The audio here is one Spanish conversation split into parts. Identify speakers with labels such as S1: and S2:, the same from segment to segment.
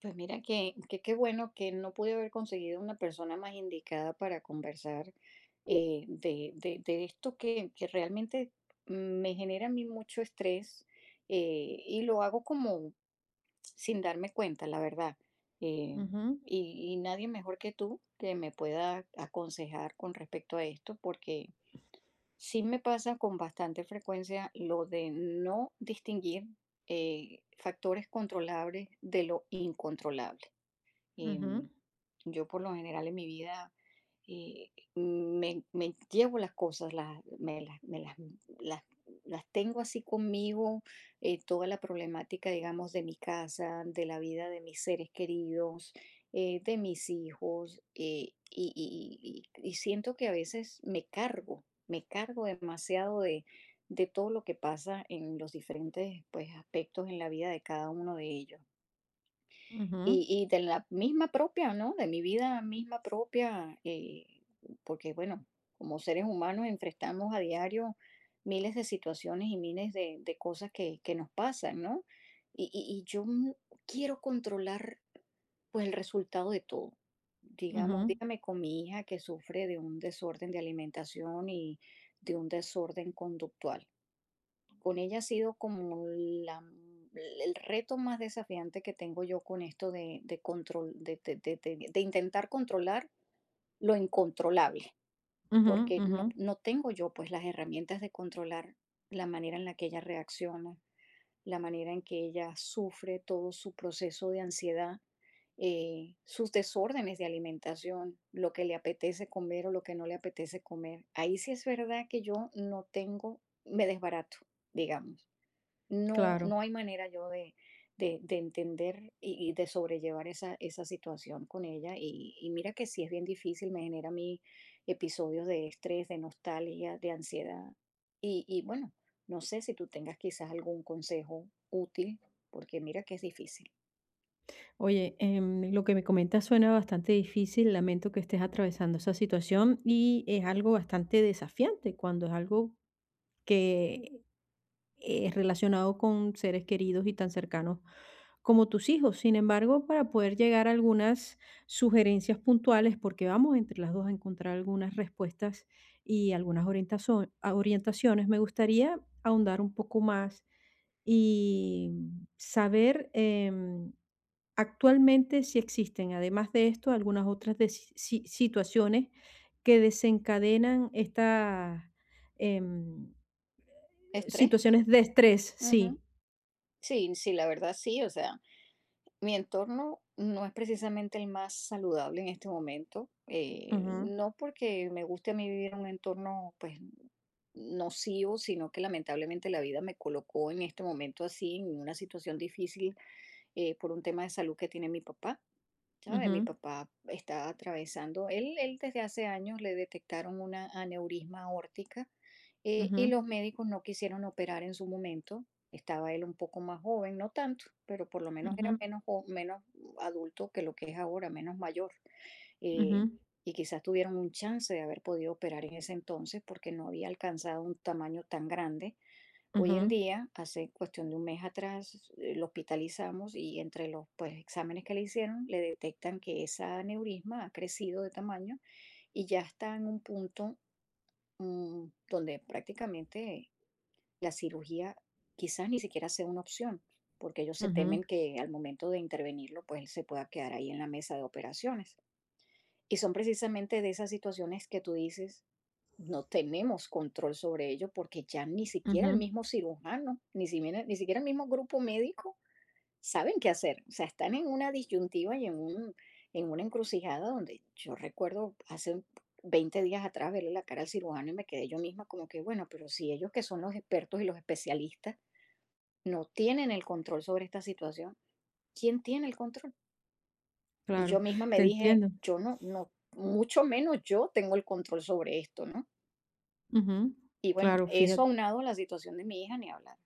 S1: Pues mira que qué bueno que no pude haber conseguido una persona más indicada para conversar de de esto que realmente me genera a mí mucho estrés, y lo hago como sin darme cuenta, la verdad. Eh,
S2: Ujú,
S1: y nadie mejor que tú que me pueda aconsejar con respecto a esto, porque sí me pasa con bastante frecuencia lo de no distinguir, factores controlables de lo incontrolable.
S2: ujú,
S1: Em, yo por lo general en mi vida me llevo las cosas, las, me, las, me las- las tengo así conmigo, toda la problemática, digamos, de mi casa, de la vida de mis seres queridos, de mis hijos, y siento que a veces me cargo demasiado de todo lo que pasa en los diferentes, pues, aspectos en la vida de cada uno de ellos.
S2: ujú,
S1: Y de la misma propia, ¿no? De mi vida misma propia, porque, bueno, como seres humanos enfrentamos a diario miles de situaciones y miles de cosas que nos pasan, ¿no? Y yo, quiero controlar, pues, el resultado de todo. Digamos,
S2: ujú,
S1: dígame con mi hija que sufre de un desorden de alimentación y de un desorden conductual. Con ella ha sido como el reto más desafiante que tengo yo con esto de control de intentar controlar lo incontrolable,
S2: ujú,
S1: porque
S2: ujú,
S1: no tengo yo, pues, las herramientas de controlar la manera en la que ella reacciona, la manera en que ella sufre todo su proceso de ansiedad, sus desórdenes de alimentación, lo que le apetece comer o lo que no le apetece comer. Ahí sí es verdad que yo no tengo me desbarato, digamos. No,
S2: claro.
S1: no hay manera yo de, de entender y de sobrellevar esa, esa situación con ella. Y mira que sí es bien difícil, me genera a mí episodios de estrés, de nostalgia, de ansiedad. Y bueno, no sé si tú tengas quizás algún consejo útil, porque mira que es difícil.
S2: Oye, lo que me comentas suena bastante difícil. Lamento que estés atravesando esa situación y es algo bastante desafiante cuando es algo que es relacionado con seres queridos y tan cercanos como tus hijos. Sin embargo, para poder llegar a algunas sugerencias puntuales, porque vamos entre las dos a encontrar algunas respuestas y algunas orientaciones, me gustaría ahondar un poco más y saber actualmente si existen, además de esto, algunas otras deci- si- si, situaciones que desencadenan estas em,
S1: ¿Estrés?
S2: situaciones de estrés,
S1: Ujú.
S2: sí.
S1: Sí, sí, la verdad sí, o sea. Mi entorno no es precisamente el más saludable en este momento,
S2: Ujú,
S1: no porque me guste a mí vivir en un entorno pues nocivo, sino que lamentablemente la vida me colocó en este momento así, en una situación difícil por un tema de salud que tiene mi papá. ¿Sabe? Mi
S2: ujú,
S1: papá está atravesando, él desde hace años le detectaron una aneurisma aórtica y
S2: ujú.
S1: los médicos no quisieron operar en su momento. Estaba él un poco más joven, no tanto, pero por lo menos era
S2: Ujú,
S1: menos, menos adulto que lo que es ahora, menos mayor. Eh,
S2: ujú,
S1: y quizás tuvieron un chance de haber podido operar en ese entonces porque no había alcanzado un tamaño tan grande. Hoy en
S2: ujú,
S1: día, hace cuestión de un mes atrás, lo hospitalizamos y entre los pues, exámenes que le hicieron, le detectan que esa aneurisma ha crecido de tamaño y ya está en un punto donde prácticamente la cirugía quizás ni siquiera sea una opción, porque ellos se
S2: ujú,
S1: temen que al momento de intervenirlo, pues él se pueda quedar ahí en la mesa de operaciones. Y son precisamente de esas situaciones que tú dices, no tenemos control sobre ello porque ya ni siquiera el
S2: ujú.
S1: mismo cirujano, ni siquiera el mismo grupo médico saben qué hacer. O sea, están en una disyuntiva y en un, en una encrucijada donde yo recuerdo hace 20 días atrás verle la cara al cirujano y me quedé yo misma como que, bueno, pero si ellos que son los expertos y los especialistas no tienen el control sobre esta situación, ¿quién tiene el control? Y yo
S2: Claro,
S1: misma me
S2: te
S1: dije,
S2: entiendo.
S1: yo no, no, mucho menos yo tengo el control sobre esto, ¿no?
S2: Ujú.
S1: Y bueno,
S2: Claro,
S1: eso
S2: fíjate,
S1: aunado a la situación de mi hija, ni hablar.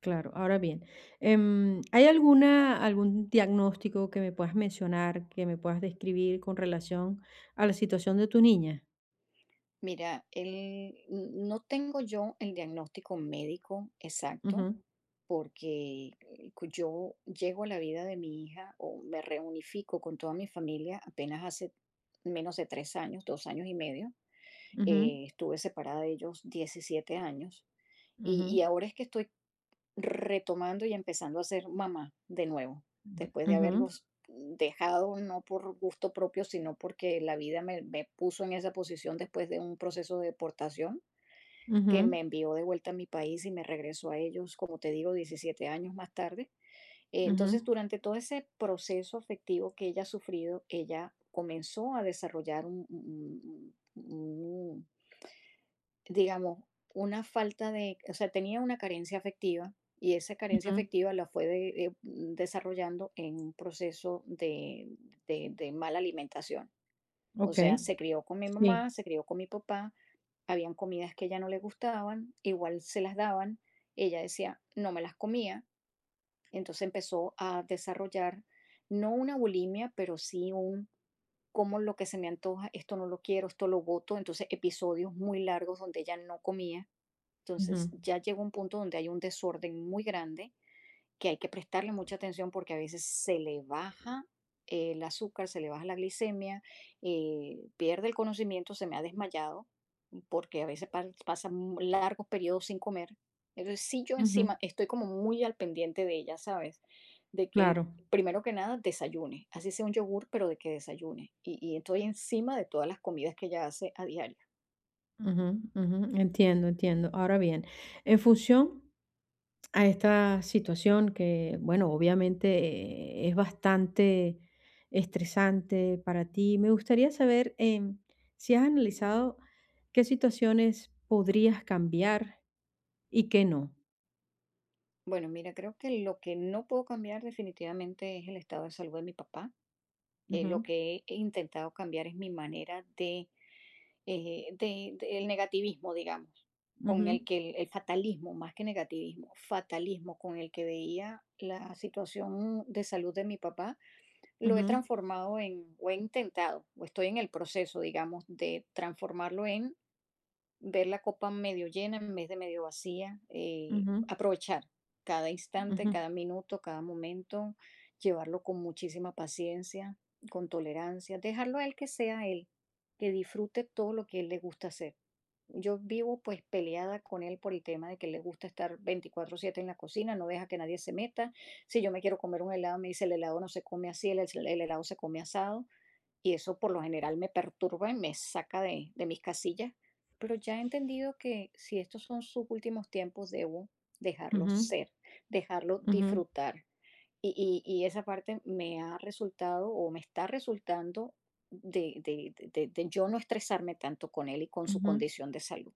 S2: claro. Ahora bien, ¿hay alguna algún diagnóstico que me puedas mencionar, que me puedas describir con relación a la situación de tu niña?
S1: Mira, no tengo yo el diagnóstico médico exacto
S2: Ujú,
S1: porque yo llego a la vida de mi hija o me reunifico con toda mi familia apenas hace menos de tres años, dos años y medio.
S2: ujú,
S1: Estuve separada de ellos 17 años
S2: ujú,
S1: y ahora es que estoy retomando y empezando a ser mamá de nuevo, después de
S2: ujú,
S1: haberlos dejado, no por gusto propio, sino porque la vida me, me puso en esa posición después de un proceso de deportación que
S2: ujú,
S1: me envió de vuelta a mi país y me regresó a ellos, como te digo, 17 años más tarde. Entonces,
S2: ujú,
S1: durante todo ese proceso afectivo que ella ha sufrido, ella comenzó a desarrollar digamos, una falta de o sea, tenía una carencia afectiva, y esa carencia
S2: ujú.
S1: afectiva la fue desarrollando en un proceso de mala alimentación. O sea,
S2: Okey,
S1: se crió con mi
S2: sí,
S1: mamá, se crió con mi papá, habían comidas que a ella no le gustaban, igual se las daban, ella decía: "No me las comía". Entonces empezó a desarrollar, no una bulimia, pero sí un: "Como lo que se me antoja, esto no lo quiero, esto lo boto". Entonces, episodios muy largos donde ella no comía. Entonces
S2: ujú,
S1: ya llega un punto donde hay un desorden muy grande que hay que prestarle mucha atención porque a veces se le baja el azúcar, se le baja la glicemia, pierde el conocimiento, se me ha desmayado porque a veces pasa largos periodos sin comer. Entonces sí yo
S2: ujú,
S1: encima estoy como muy al pendiente de ella, ¿sabes? De que
S2: claro.
S1: primero que nada desayune, así sea un yogur, pero de que desayune. Y estoy encima de todas las comidas que ella hace a diario.
S2: Ujú, ujú, entiendo, entiendo. Ahora bien, en función a esta situación que, bueno, obviamente es bastante estresante para ti, me gustaría saber si has analizado qué situaciones podrías cambiar y qué no.
S1: Bueno, mira, creo que lo que no puedo cambiar definitivamente es el estado de salud de mi papá. Lo
S2: Ujú,
S1: que he intentado cambiar es mi manera de, el negativismo, digamos, con
S2: ujú,
S1: el que el fatalismo, más que negativismo, fatalismo con el que veía la situación de salud de mi papá, lo he
S2: ujú,
S1: transformado en, o he intentado, o estoy en el proceso, digamos, de transformarlo en ver la copa medio llena en vez de medio vacía,
S2: ujú,
S1: aprovechar cada instante,
S2: ujú, ujú,
S1: cada minuto, cada momento, llevarlo con muchísima paciencia, con tolerancia, dejarlo a él que sea él, que disfrute todo lo que él le gusta hacer. Yo vivo pues peleada con él por el tema de que le gusta estar 24/7 en la cocina, no deja que nadie se meta. Si yo me quiero comer un helado, me dice el helado no se come así, el helado se come asado. Y eso por lo general me perturba y me saca de mis casillas, pero ya he entendido que si estos son sus últimos tiempos, debo dejarlo
S2: ujú,
S1: ser, dejarlo
S2: ujú,
S1: disfrutar. Y esa parte me ha resultado o me está resultando de yo no estresarme tanto con él y con su
S2: ujú.
S1: condición de salud.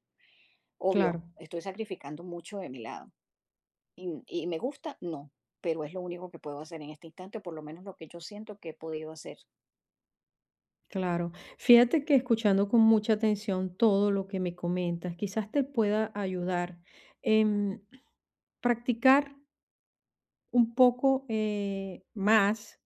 S2: Claro.
S1: Obvio, estoy sacrificando mucho de mi lado. Y me gusta? No, pero es lo único que puedo hacer en este instante, o por lo menos lo que yo siento que he podido hacer.
S2: Claro. Fíjate que escuchando con mucha atención todo lo que me comentas, quizás te pueda ayudar en practicar un poco más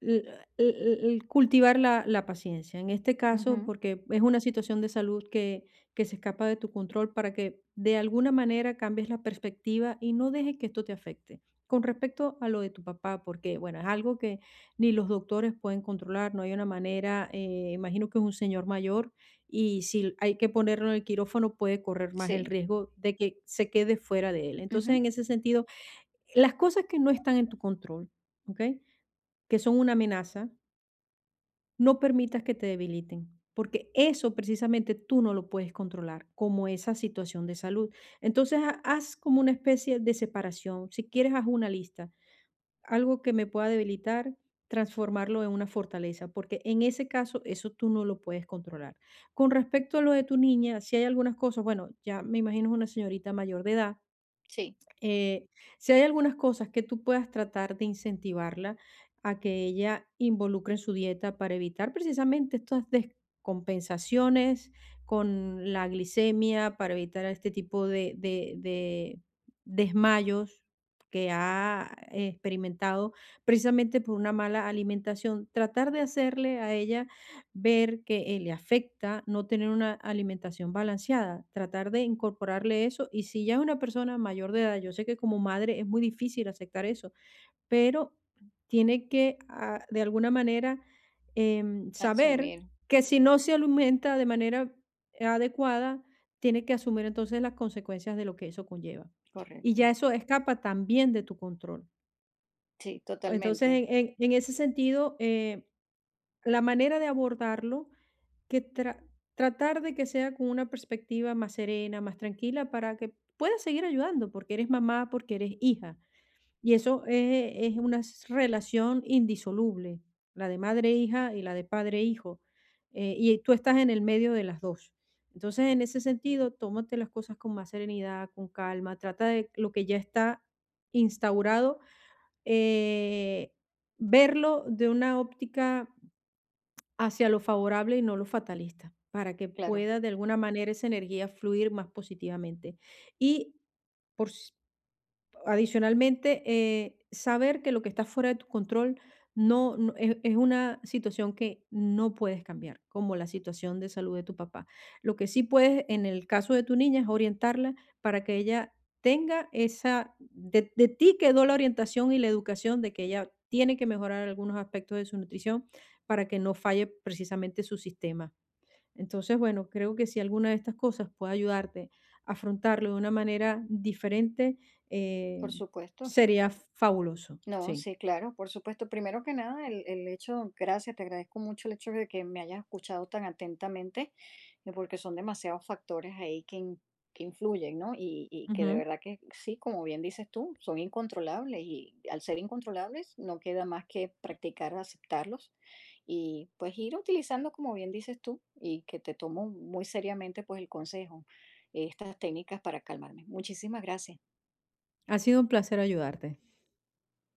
S2: l- el, el- cultivar la paciencia. En este caso,
S1: Ujú,
S2: porque es una situación de salud que se escapa de tu control para que de alguna manera cambies la perspectiva y no dejes que esto te afecte. Con respecto a lo de tu papá, porque bueno, es algo que ni los doctores pueden controlar, no hay una manera, imagino que es un señor mayor y si hay que ponerlo en el quirófano puede correr más el
S1: sí.
S2: riesgo de que se quede fuera de él. Entonces,
S1: Ujú.
S2: en ese sentido, las cosas que no están en tu control, ¿ok? Que son una amenaza, no permitas que te debiliten, porque eso precisamente tú no lo puedes controlar, como esa situación de salud. Entonces, haz como una especie de separación. Si quieres, haz una lista. Algo que me pueda debilitar, transformarlo en una fortaleza, porque en ese caso eso tú no lo puedes controlar. Con respecto a lo de tu niña, si hay algunas cosas, bueno, ya me imagino es una señorita mayor de edad,
S1: Sí,
S2: eh, si hay algunas cosas que tú puedas tratar de incentivarla a que ella involucre en su dieta para evitar precisamente estas descompensaciones con la glicemia, para evitar este tipo de desmayos que ha experimentado precisamente por una mala alimentación, tratar de hacerle a ella ver que, le afecta no tener una alimentación balanceada, tratar de incorporarle eso. Y si ya es una persona mayor de edad, yo sé que como madre es muy difícil aceptar eso, pero tiene que, de alguna manera, saber
S1: asumir,
S2: que si no se alimenta de manera adecuada, tiene que asumir entonces las consecuencias de lo que eso conlleva. Y ya
S1: correcto.
S2: eso escapa también de tu control.
S1: Sí,
S2: Entonces,
S1: totalmente,
S2: en ese sentido, la manera de abordarlo que tra- tratar de que sea con una perspectiva más serena, más tranquila, para que puedas seguir ayudando, porque eres mamá, porque eres hija. Y eso es una relación indisoluble, la de madre-hija y la de padre-hijo. Eh, y tú estás en el medio de las dos. Entonces, en ese sentido, tómate las cosas con más serenidad, con calma, trata de lo que ya está instaurado, eh, verlo de una óptica hacia lo favorable y no lo fatalista, para que
S1: claro,
S2: pueda de alguna manera esa energía fluir más positivamente. Y por, s- adicionalmente, saber que lo que está fuera de tu control es una situación que no puedes cambiar, como la situación de salud de tu papá. Lo que sí puedes, en el caso de tu niña, es orientarla para que ella tenga esa, de ti quedó la orientación y la educación de que ella tiene que mejorar algunos aspectos de su nutrición para que no falle precisamente su sistema. Entonces, bueno, creo que si alguna de estas cosas puede ayudarte a afrontarlo de una manera diferente,
S1: por
S2: eh,
S1: supuesto.
S2: sería fabuloso,
S1: No,
S2: sí.
S1: sí, claro, por supuesto. Primero que nada, el hecho, gracias, te agradezco mucho el hecho de que me hayas escuchado tan atentamente porque son demasiados factores ahí que, que influyen, ¿no? Y que de
S2: Ujú.
S1: verdad que sí, como bien dices tú, son incontrolables y al ser incontrolables no queda más que practicar aceptarlos y pues ir utilizando, como bien dices tú, y que te tomo muy seriamente pues el consejo, estas técnicas para calmarme. Muchísimas gracias.
S2: Ha sido un placer ayudarte.